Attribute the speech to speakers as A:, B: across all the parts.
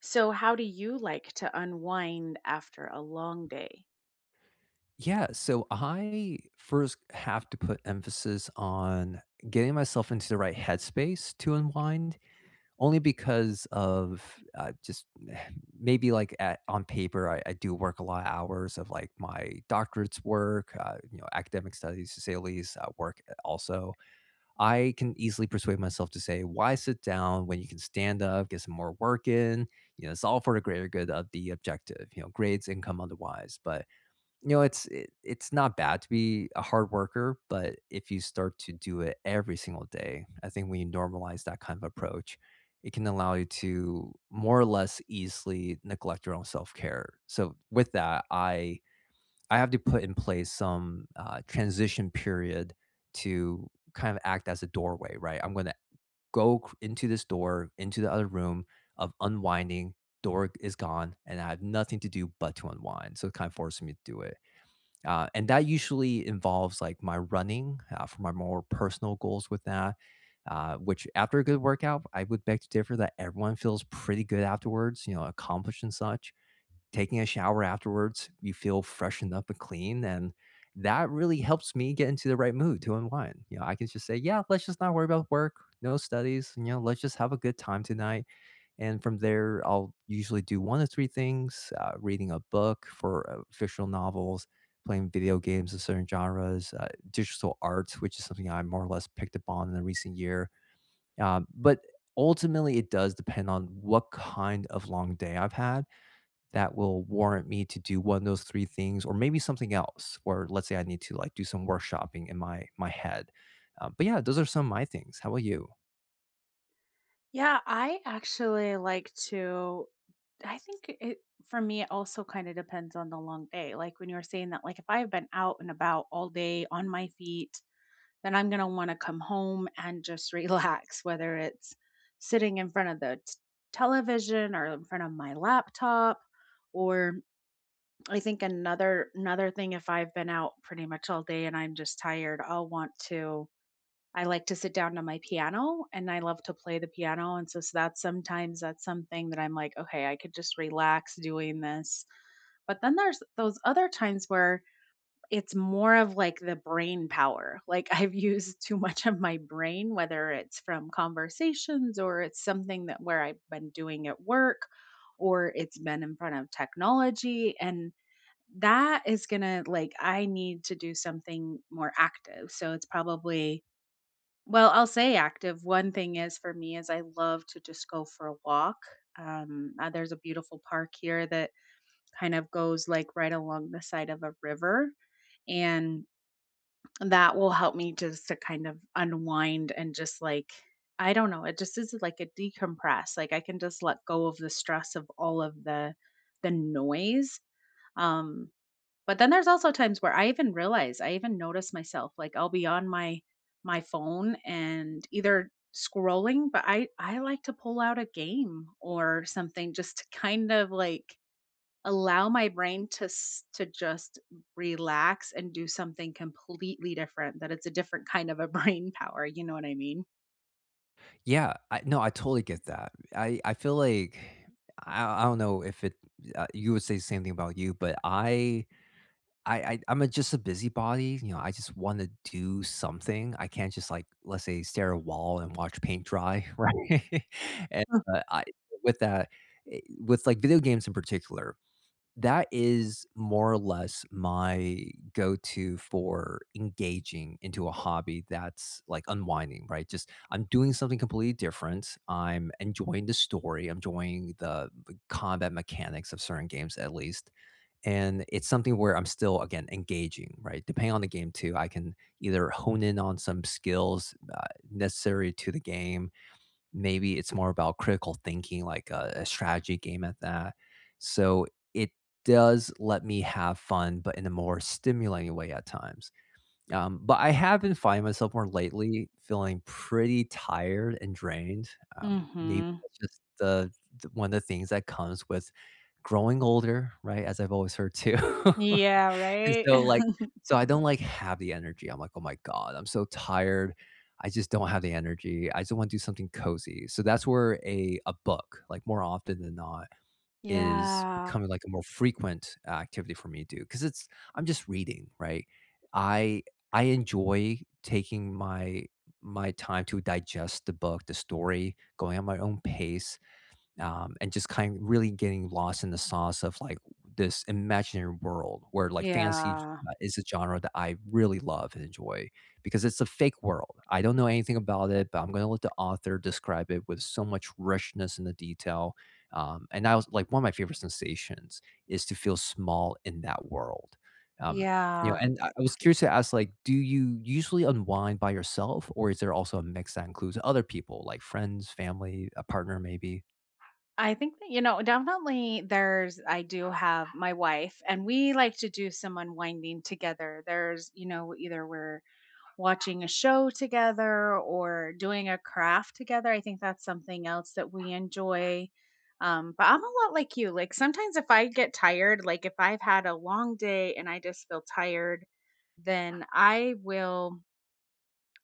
A: So, how do you like to unwind after a long day?
B: Yeah, so I first have to put emphasis on getting myself into the right headspace to unwind, only because of just maybe like on paper, I do work a lot of hours of like my doctorate's work, you know, academic studies, to say at least, work also. I can easily persuade myself to say, why sit down when you can stand up, get some more work in? You know, it's all for the greater good of the objective, you know, grades, income, otherwise. But you know, it's not bad to be a hard worker, but if you start to do it every single day, I think when you normalize that kind of approach, it can allow you to more or less easily neglect your own self care. So with that, I have to put in place some transition period to kind of act as a doorway, right? I'm going to into this door, into the other room of unwinding. Door is gone, and I have nothing to do but to unwind. So it kind of forces me to do it. And that usually involves like my running for my more personal goals with that, which after a good workout, I would beg to differ that everyone feels pretty good afterwards, you know, accomplished and such. Taking a shower afterwards, you feel freshened up and clean. And that really helps me get into the right mood to unwind. You know, I can just say, yeah, let's just not worry about work, no studies, you know, let's just have a good time tonight, and from there, I'll usually do one of three things: reading a book for fictional novels, playing video games of certain genres, digital art, which is something I more or less picked up on in the recent year. But ultimately, it does depend on what kind of long day I've had that will warrant me to do one of those three things, or maybe something else. Or let's say I need to like do some workshopping in my head. But yeah, those are some of my things. How about you?
A: Yeah, I actually like to. I think it for me, it also kind of depends on the long day. Like when you were saying that, like if I've been out and about all day on my feet, then I'm gonna want to come home and just relax, whether it's sitting in front of the television or in front of my laptop. Or I think another thing, if I've been out pretty much all day and I'm just tired, I like to sit down to my piano and I love to play the piano. And so, that's sometimes that's something that I'm like, okay, I could just relax doing this. But then there's those other times where it's more of like the brain power. Like I've used too much of my brain, whether it's from conversations or it's something that where I've been doing at work or it's been in front of technology. And that is going to like, I need to do something more active. So it's probably well, I'll say active. One thing is for me is I love to just go for a walk. There's a beautiful park here that kind of goes like right along the side of a river, and that will help me just to kind of unwind and just like I don't know, it just is like a decompress. Like I can just let go of the stress of all of the noise. Um, but then there's also times where I even notice myself, like I'll be on my phone and either scrolling, but I like to pull out a game or something just to kind of like allow my brain to to just relax and do something completely different that it's a different kind of a brain power, you know what I mean?
B: Yeah, I no, I totally get that. I feel like I don't know if it you would say the same thing about you, but I I'm a, just a busybody. You know, I just want to do something. I can't just like let's say stare at a wall and watch paint dry, right? and I with that with like video games in particular, that is more or less my go-to for engaging into a hobby that's, like, unwinding, right? Just I'm doing something completely different. I'm enjoying the story, I'm enjoying the combat mechanics of certain games, at least, and it's something where I'm still, again, engaging, right? Depending on the game too, I can either hone in on some skills, necessary to the game. Maybe it's more about critical thinking, like a strategy game at that. So it does let me have fun, but in a more stimulating way at times. But I have been finding myself more lately feeling pretty tired and drained. Maybe
A: Mhm.
B: that's just the one of the things that comes with growing older, right? As I've always heard too.
A: Yeah,
B: And
A: right.
B: so, like so I don't, like, have the energy. I'm like, "Oh my god, I'm so tired. I just don't have the energy. I just wanna do something cozy." So that's where a book, like, more often than not, is
A: Yeah.
B: becoming, like, a more frequent activity for me to do, because it's I'm just reading, right? I I enjoy taking my time to digest the book, the story, going at my own pace, and just kind of really getting lost in the sauce of like this imaginary world where like fantasy
A: Yeah,
B: is a genre that I really love and enjoy, because it's a fake world. I don't know anything about it, but I'm going to let the author describe it with so much richness in the detail. And I was like, one of my favorite sensations is to feel small in that world. Um, you know,
A: yeah,
B: and I was curious to ask, like, do you usually unwind by yourself, or is there also a mix that includes other people, like friends, family, a partner, maybe?
A: I think that, you know, definitely there's I do have my wife and we like to do some unwinding together. There's, you know, either we're watching a show together or doing a craft together. I think that's something else that we enjoy. But I'm a lot like you. Like sometimes if I get tired, like if I've had a long day and I just feel tired, then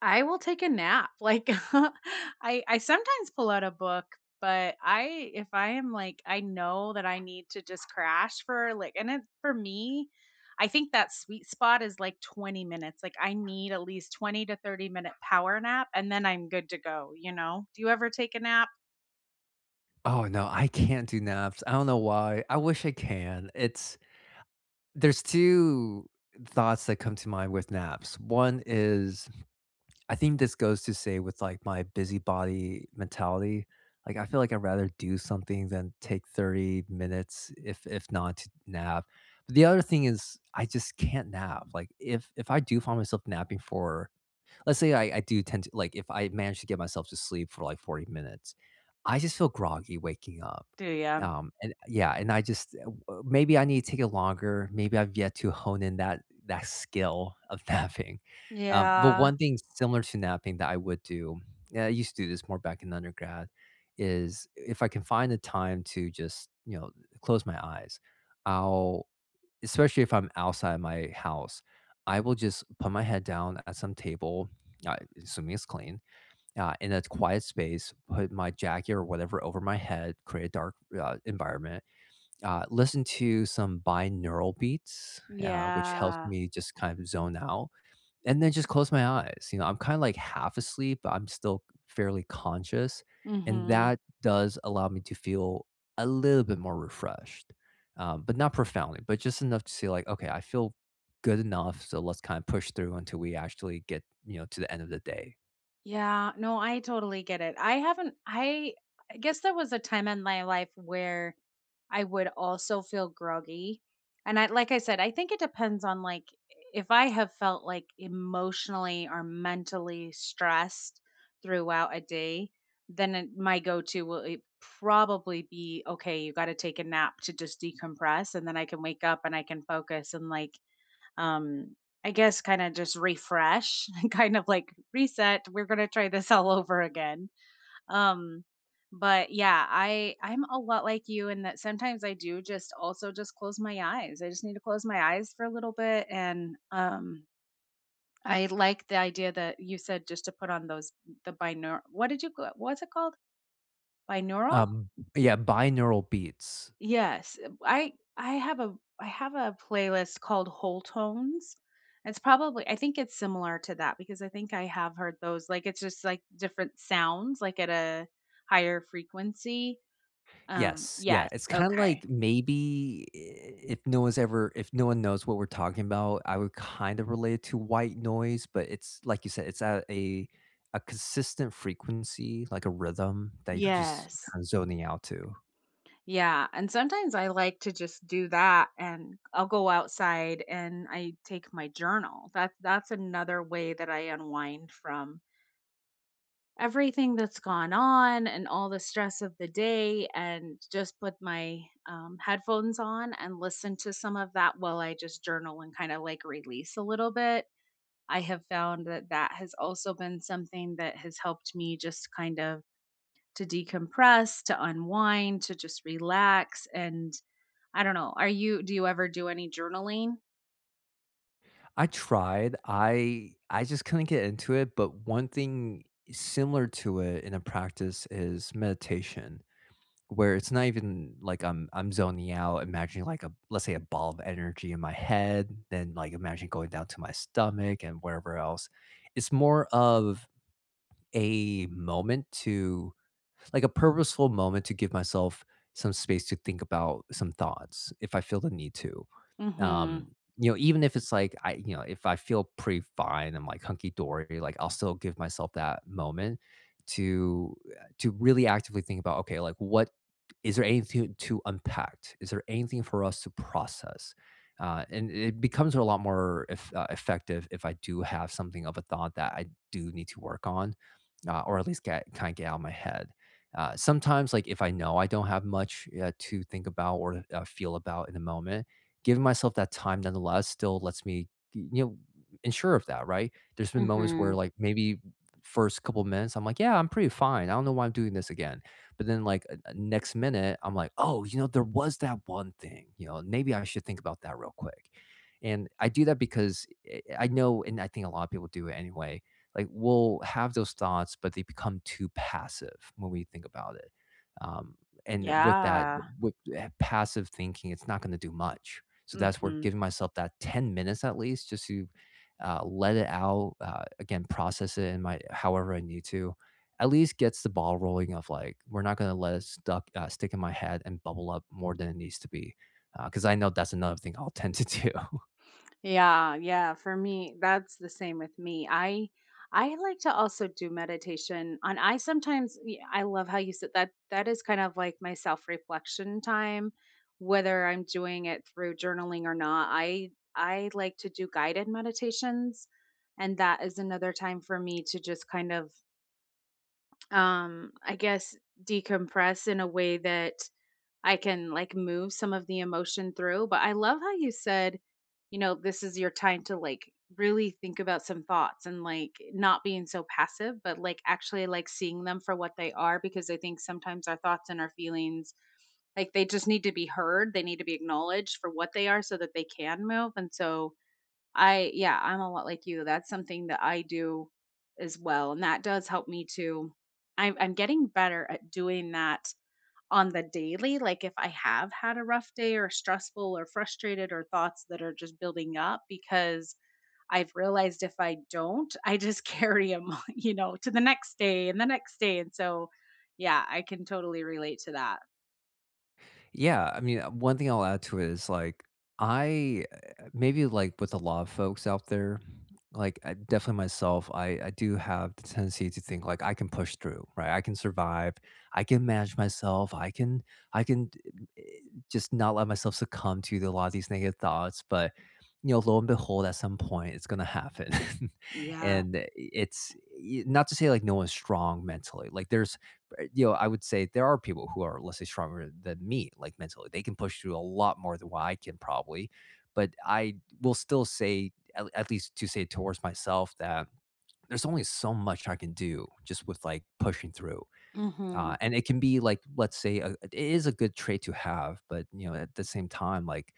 A: I will take a nap. Like I sometimes pull out a book, but I if I am like I know that I need to just crash for like, and it for me, I think that sweet spot is like 20 minutes. Like I need at least 20 to 30 minute power nap and then I'm good to go, you know? Do you ever take a nap?
B: Oh, no, I can't do naps. I don't know why. I wish I can. It's there's 2 thoughts that come to mind with naps. One is I think this goes to say with, like, my busybody mentality. Like, I feel like I'd rather do something than take 30 minutes if not to nap. But the other thing is I just can't nap. Like, if I do find myself napping for let's say I do tend to like if I manage to get myself to sleep for like 40 minutes, I just feel groggy waking up.
A: Do you?
B: And yeah, and I just maybe I need to take it longer. Maybe I've yet to hone in that skill of napping. But
A: Yeah.
B: one thing similar to napping that I would do, and I used to do this more back in undergrad, is if I can find the time to just you know close my eyes, I'll especially if I'm outside my house, I will just put my head down at some table, uh, assuming it's clean, in a quiet space, put my jacket or whatever over my head, create a dark environment, listen to some binaural beats, which helps
A: Yeah.
B: me just kind of zone out. And then just close my eyes, you know, I'm kinda, like, half asleep, but I'm still fairly conscious, and
A: Mhm.
B: that does allow me to feel a little bit more refreshed, but not profoundly, but just enough to say, like, "Okay, I feel good enough, so let's kinda push through until we actually get, you know, to the end of the day."
A: Yeah. No, I totally get it. I haven't I guess there was a time in my life where I would also feel groggy. And I like I said, I think it depends on like if I have felt like emotionally or mentally stressed throughout a day, then my go-to will it probably be okay, you got to take a nap to just decompress and then I can wake up and I can focus and like, um, I guess kind of just refresh, and kind of like reset. We're going to try this all over again. Um, but yeah, I I'm a lot like you in that sometimes I do just also just close my eyes. I just need to close my eyes for a little bit. And I like the idea that you said just to put on those the binaural, what did you what's it called? Binaural?
B: Um, yeah, binaural beats.
A: Yes. I I have a I have a playlist called Whole Tones. It's probably I think it's similar to that because I think I have heard those, like it's just like different sounds like at a higher frequency.
B: Yes, yeah,
A: Yes,
B: it's kinda
A: okay.
B: like maybe I if no one's ever if no one knows what we're talking about, I would kind of relate it to white noise, but it's like you said, it's at a consistent frequency, like a rhythm that you're just
A: Yes.
B: kinda zoning out to.
A: Yeah, and sometimes I like to just do that and I'll go outside and I take my journal. That's another way that I unwind from everything that's gone on and all the stress of the day and just put my, headphones on and listen to some of that while I just journal and kind of like release a little bit. I have found that that has also been something that has helped me just kind of to decompress, to unwind, to just relax. And I don't know. Are you do you ever do any journaling?
B: I tried, I just couldn't get into it, but one thing similar to it in a practice is meditation. Where it's not even like I'm zoning out, imagining like a let's say a ball of energy in my head, then like imagine going down to my stomach and wherever else. It's more of a moment to like a purposeful moment to give myself some space to think about some thoughts if I feel the need to.
A: Mhm.
B: Um, you know, even if it's like I, you know, if I feel pretty fine, I'm like hunky dory, like I'll still give myself that moment to really actively think about, okay, like what is there anything to unpack? Is there anything for us to process? And it becomes a lot more effective if I do have something of a thought that I do need to work on, or at least get kind of get out of my head. Sometimes, like if I know I don't have much to think about or feel about in the moment, giving myself that time nonetheless still lets me, you know, ensure of that, right? There's been moments where,
A: Mhm.
B: like, maybe first couple minutes, I'm like, "Yeah, I'm pretty fine. I don't know why I'm doing this again." But then, like, next minute, I'm like, "Oh, you know, there was that one thing, you know, maybe I should think about that real quick." And I do that because I know and I think a lot of people do it anyway, like, we'll have those thoughts, but they become too passive when we think about it. Um, and with that,
A: Yeah.
B: with, passive thinking, it's not gonna do much. So that's where giving
A: Mhm.
B: myself that 10 minutes at least just to let it out, again, process it in my however I need to, at least gets the ball rolling of like, we're not going to let it stick in my head and bubble up more than it needs to be. Because I know that's another thing I'll tend to do.
A: Yeah, yeah, for me that's the same with me. I like to also do meditation on I sometimes I love how you said that that is kind of like my self-reflection time, whether I'm doing it through journaling or not. I like to do guided meditations and that is another time for me to just kind of, I guess, decompress in a way that I can like move some of the emotion through. But I love how you said, you know, this is your time to like really think about some thoughts and like not being so passive, but like actually like seeing them for what they are. Because I think sometimes our thoughts and our feelings, like they just need to be heard, they need to be acknowledged for what they are so that they can move. And so I, yeah, I'm a lot like you. That's something that I do as well. And that does help me to, I'm getting better at doing that on the daily, like if I have had a rough day or stressful or frustrated or thoughts that are just building up. Because I've realized if I don't, I just carry them, you know, to the next day and the next day. And so, yeah, I can totally relate to that.
B: Yeah, I mean, one thing I'll add to it is like I maybe like with a lot of folks out there, like I, definitely myself, I do have the tendency to think like I can push through, right? I can survive, I can manage myself, I can eh, just not let myself succumb to a lot of these negative thoughts, but you know, lo and behold, at some point, it's gonna happen,
A: Yeah.
B: and it's not to say like no one's strong mentally. Like there's you know, I would say there are people who are, let's say, stronger than me, like mentally. They can push through a lot more than what I can probably. But I will still say, at least to say towards myself, that there's only so much I can do just with like pushing through.
A: Hmm.
B: And it can be like, let's say, it is a good trait to have, but you know, at the same time, like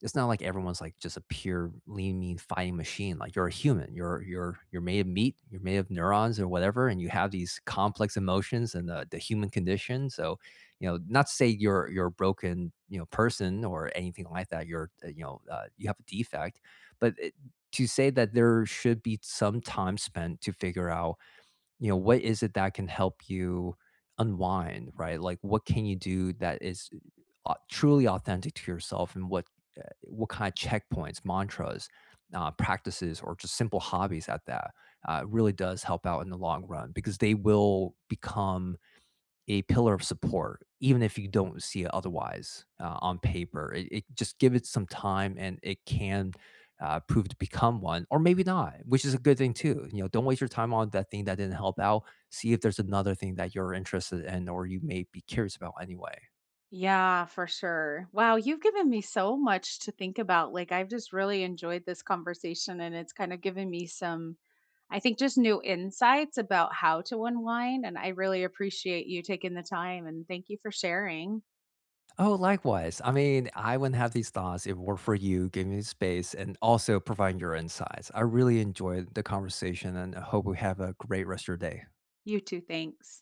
B: it's not like everyone's like just a pure lean, mean fighting machine. Like you're a human. You're made of meat. You're made of neurons or whatever, and you have these complex emotions and the human condition. So, you know, not to say you're a broken you know person or anything like that. You're you know you have a defect, but to say that there should be some time spent to figure out you know, what is it that can help you unwind, right? Like, what can you do that is truly authentic to yourself, and uh, what kind of checkpoints, mantras, practices, or just simple hobbies at that really does help out in the long run because they will become a pillar of support, even if you don't see it otherwise on paper. It just give it some time, and it can prove to become one, or maybe not, which is a good thing too. You know, don't waste your time on that thing that didn't help out. See if there's another thing that you're interested in, or you may be curious about anyway.
A: Yeah, for sure. Wow, you've given me so much to think about. Like, I've just really enjoyed this conversation, and it's kind of given me some, I think, just new insights about how to unwind, and I really appreciate you taking the time and thank you for sharing.
B: Oh, likewise. I mean, I wouldn't have these thoughts if it were for you giving me space and also providing your insights. I really enjoyed the conversation and I hope we have a great rest of your day.
A: You too, thanks.